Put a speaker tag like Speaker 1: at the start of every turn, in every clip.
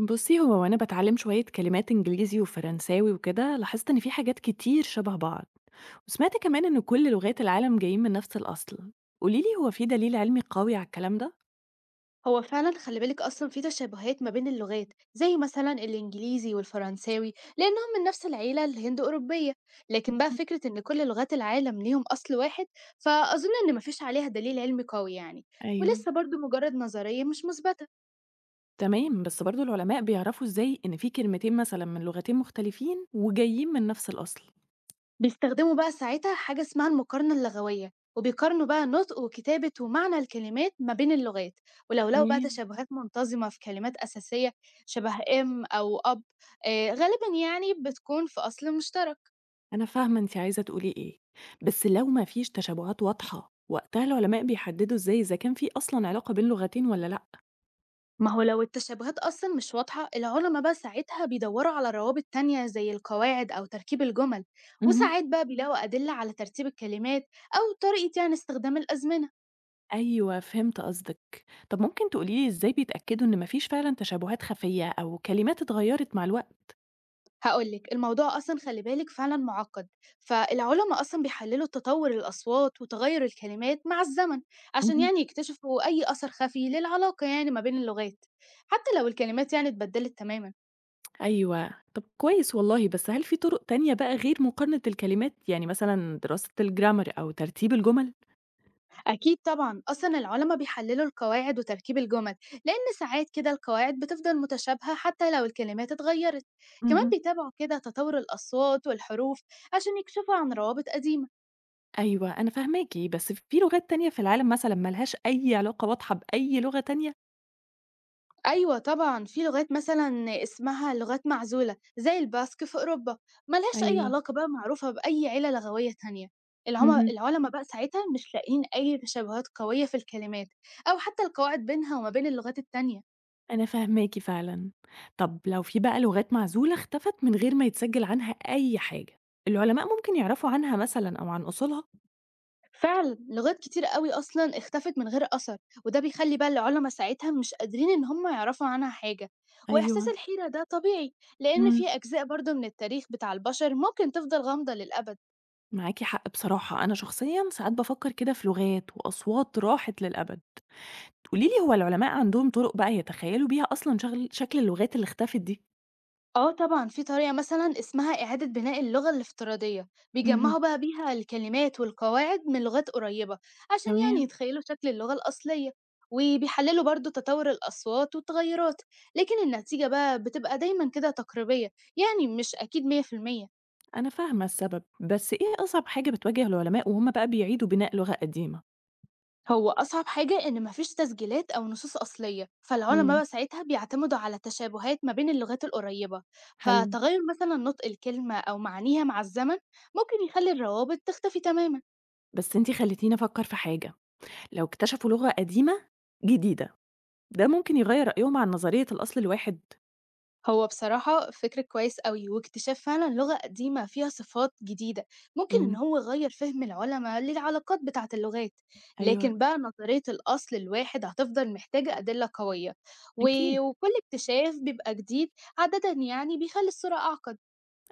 Speaker 1: بُصّي، هو وأنا باتعلّم شوية كلمات إنجليزي وفرنساوي وكده، لاحظت إن في حاجات كتير شبه بعض، وسمعت كمان إن كل لغات العالم جايين من نفس الأصل. قولي لي هو في دليل علمي قوي على الكلام ده؟
Speaker 2: هو فعلا خلي بالك أصلا في تشابهات ما بين اللغات، زي مثلا الإنجليزي والفرنساوي لأنهم من نفس العيلة الهند أوروبية. لكن بقى
Speaker 1: اهم.
Speaker 2: فكرة إن كل لغات العالم ليهم أصل واحد، فأظن إن مفيش عليها دليل علمي قوي يعني.
Speaker 1: أيوه.
Speaker 2: ولسه برضو مجرد نظرية مش مثبتة.
Speaker 1: تمام، بس برضه العلماء بيعرفوا إزاي إن في كلمتين مثلًا من لغتين مختلفين وجايين من نفس الأصل؟
Speaker 2: بيستخدموا بقى ساعتها حاجة اسمها المقارنة اللغوية، وبيقارنوا بقى نطق وكتابة ومعنى الكلمات ما بين اللغات. ولو لقوا بقى
Speaker 1: تمام.
Speaker 2: تشابهات منتظمة في كلمات أساسية، شبه إم أو أب، آه، غالبا يعني بتكون في أصل مشترك.
Speaker 1: أنا فاهمة أنتِ عايزة تقولي إيه، بس لو ما فيش تشابهات واضحة، وقتها العلماء بيحددوا إزاي إذا كان في أصلًا علاقة بين لغتين والّا لأ؟
Speaker 2: ما هو لو التشابهات أصلا مش واضحة، العلماء بقى ساعتها بيدوروا على روابط تانية زي القواعد أو تركيب الجمل.
Speaker 1: اهم.
Speaker 2: وساعات بقى بيلاقوا أدلة على ترتيب الكلمات أو طريقة يعني استخدام الأزمنة.
Speaker 1: أيوه، فهمت قصدِك. طَب ممكن تقولي لي إزاي بيتأكدوا إن ما فيش فعلًا تشابهات خفية أو كلمات اتغيّرت مع الوقت؟
Speaker 2: هقولك الموضوع أصلا خلي بالك فعلا معقد، فالعلماء أصلا بيحللوا تطور الأصوات وتغير الكلمات مع الزمن، عشان
Speaker 1: اهم.
Speaker 2: يعني يكتشفوا أي أثر خفي للعلاقة يعني ما بين اللغات، حتى لو الكلمات يعني اتبدلت تماما.
Speaker 1: أيوه. طَب كويس والله، بس هل في طُرق تانية بقى غير مقارنة الكلمات؟ يعني مثلًا دراسة الgrammar أو ترتيب الجُمل؟
Speaker 2: أكيد طبعًا، أصلًا العُلَما بيحلّلوا القواعد وتركيب الجُمل، لإن ساعات كده القواعد بتفضل متشابهة حتى لو الكلمات اتغيّرت. كمان
Speaker 1: اهم.
Speaker 2: بيتابعوا كده تطوّر الأصوات والحروف عشان يكشفوا عن روابط قديمة.
Speaker 1: أيوه، أنا فاهماكِ، بس في لغات تانية في العالم مثلًا ما لهاش أي علاقة واضحة بأي لغة تانية؟
Speaker 2: أيوه طبعًا، في لغات مثلًا اسمها لغات معزولة زي الباسك في أوروبا، ما لهاش أي
Speaker 1: أيوه.
Speaker 2: علاقة بقى معروفة بأي عِلَة لغوية تانية. العُم
Speaker 1: اهم.
Speaker 2: العُلَما بقى ساعتها مش لاقيين أي تشابهات قوية في الكلمات أو حتى القواعد بينها وما بين اللغات التانية.
Speaker 1: أنا فاهماكِ فعلًا. طب لو في بقى لغات معزولة اختفت من غير ما يتسجل عنها أي حاجة، العلماء ممكن يعرفوا عنها مثلًا أو عن أصولها؟
Speaker 2: فعلًا، لغات كتيرة أوي أصلًا اختفت من غير أثر، وده بيخلّي بقى العُلما ساعتها مش قادرين إن هم يعرفوا عنها حاجة. وإحساس
Speaker 1: أيوه.
Speaker 2: الحيرة ده طبيعي، لإن
Speaker 1: إمم،
Speaker 2: في أجزاء برضه من التاريخ بتاع البشر ممكن تفضل غامضة للأبد.
Speaker 1: معاكِ حق بصراحة، أنا شخصيًا ساعات بافكر كده في لغات وأصوات راحت للأبد. قولي لي هو العلماء عندهم طرق بقى يتخيلوا بيها أصلًا شغل شكل اللغات اللي اختفت دي؟
Speaker 2: آه طبعًا، في طريقة مثلًا اسمها إعادة بناء اللغة الافتراضية،
Speaker 1: اهم.
Speaker 2: بيجمّعوا بقى بيها الكلمات والقواعد من لغات قريبة، عشان يعني
Speaker 1: تمام.
Speaker 2: يتخيّلوا شكل اللغة الأصلية. وبيحلّلوا برضه تطوّر الأصوات والتغيّرات، لكن النتيجة بقى بتبقى دايمًا كده تقريبية، يعني مش أكيد 100%.
Speaker 1: أنا فاهمة السبب، بس إيه أصعب حاجة بتواجه العلماء وهُم بقى بيعيدوا بناء لغة قديمة؟
Speaker 2: هو أصعب حاجة إن مفيش تسجيلات أو نصوص أصلية، فالعلماء
Speaker 1: إمم،
Speaker 2: بقى ساعتها بيعتمدوا على تشابهات ما بين اللغات القريبة.
Speaker 1: حلو.
Speaker 2: فتغير مثلا نطق الكلمة أو معانيها مع الزمن ممكن يخلي الروابط تختفي تماما.
Speaker 1: بس أنتِ خلّيتيني أفكر في حاجة. لو اكتشفوا لغة قديمة جديدة، ده ممكن يغيّر رأيهم عن نظرية الأصل الواحد.
Speaker 2: هو بصراحة فكر كويس قوي، واكتشاف فعلا لغة قديمة فيها صفات جديدة ممكن إن
Speaker 1: إمم.
Speaker 2: هو يغير فهم العلماء للعلاقات بتاعة اللغات.
Speaker 1: أيوه.
Speaker 2: لكن بقى نظرية الأصل الواحد هتفضل محتاجة أدلة قوية،
Speaker 1: أكيد.
Speaker 2: و- وكل اكتشاف بيبقى جديد عادة يعني بيخلي الصورة أعقد.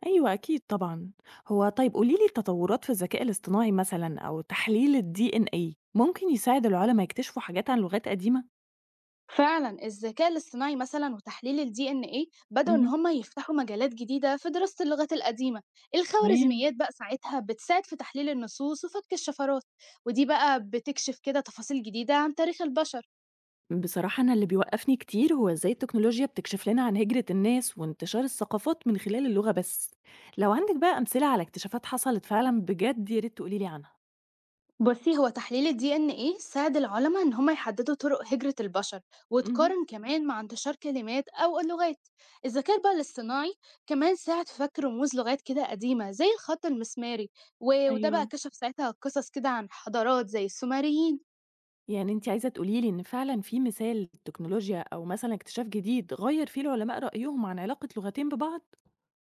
Speaker 1: أيوه أكيد طبعًا. هو طيب قولي لي التطوّرات في الذكاء الاصطناعي مثلًا أو تحليل الDNA ممكن يساعد العُلما يكتشفوا حاجات عن لغات قديمة؟
Speaker 2: فعلا الذكاء الاصطناعي مثلا وتحليل ال DNA بدأوا إن
Speaker 1: اهم.
Speaker 2: هم يفتحوا مجالات جديدة في دراسة اللغات القديمة.
Speaker 1: تمام.
Speaker 2: الخوارزميات بقى ساعتها بتساعد في تحليل النصوص وفك الشفرات، ودي بقى بتكشف كده تفاصيل جديدة عن تاريخ البشر.
Speaker 1: بصراحة أنا اللي بيوقّفني كتير هو إزاي التكنولوجيا بتكشف لنا عن هجرة الناس وانتشار الثقافات من خلال اللغة بس. لو عندِك بقى أمثلة على اكتشافات حصلت فعلًا بجد يا ريت تقولي لي عنها.
Speaker 2: بصي، هو تحليل ال DNA ساعد العلماء إن هم يحددوا طرق هجرة البشر،
Speaker 1: اهم.
Speaker 2: وتقارن كمان مع انتشار كلمات أو اللغات. الذكاء بقى الاصطناعي كمان ساعد في فك رموز لغات كده قديمة زي الخط المسماري، و- وده بقى
Speaker 1: أيوه.
Speaker 2: كشف ساعتها قصص كده عن حضارات زي السومريين.
Speaker 1: يعني أنتِ عايزة تقولي لي إن فعلًا في مثال للتكنولوجيا أو مثلًا اكتشاف جديد غيّر فيه العلماء رأيهم عن علاقة لغتين ببعض؟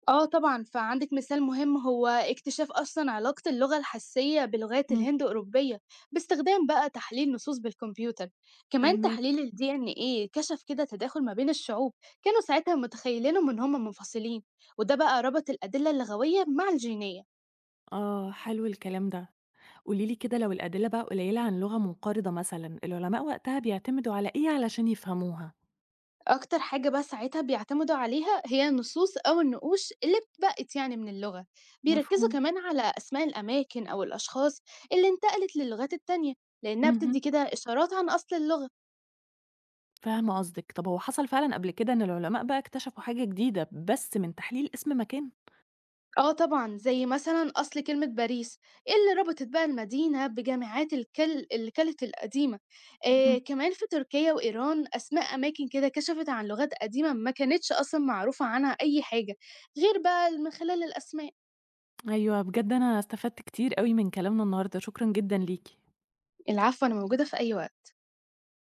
Speaker 2: آه طبعًا، فعندِك مثال مهم هو اكتشاف أصلًا علاقة اللغة الحسية بلغات
Speaker 1: إمم.
Speaker 2: الهند-أوروبية، باستخدام بقى تحليل نصوص بالكمبيوتر. كمان
Speaker 1: فاهماكِ.
Speaker 2: تحليل الDNA كشف كده تداخل ما بين الشعوب، كانوا ساعتها متخيلينهم إن هم منفصلين، وده بقى ربط الأدلة اللغوية مع الجينية.
Speaker 1: آه، حلو الكلام ده. قولي لي كده لو الأدلة بقى قليلة عن لغة منقرضة مثلًا، العلماء وقتها بيعتمدوا على إيه علشان يفهموها؟
Speaker 2: أكتر حاجة بقى ساعتها بيعتمدوا عليها هي النصوص أو النقوش اللي اتبقت يعني من اللغة، بيركزوا
Speaker 1: مفهوم.
Speaker 2: كمان على أسماء الأماكن أو الأشخاص اللي انتقلت للغات التانية، لإنها
Speaker 1: اهم،
Speaker 2: بتدي كده إشارات عن أصل اللغة.
Speaker 1: فاهمة قصدِك. طب هو حصل فعلًا قبل كده إن العلماء بقى اكتشفوا حاجة جديدة بس من تحليل اسم مكان؟
Speaker 2: آه طبعًا، زي مثلًا أصل كلمة باريس، إيه اللي ربطت بقى المدينة بجامعات الكل اللي كانت القديمة.
Speaker 1: اهم.
Speaker 2: كمان في تركيا وإيران أسماء أماكن كده كشفت عن لغات قديمة ما كانتش أصلًا معروفة عنها أي حاجة، غير بقى ال من خلال الأسماء.
Speaker 1: أيوه، بجد أنا استفدت كتير أوي من كلامنا النهارده، شكرًا جدًا ليكِ.
Speaker 2: العفو، أنا موجودة في أي وقت.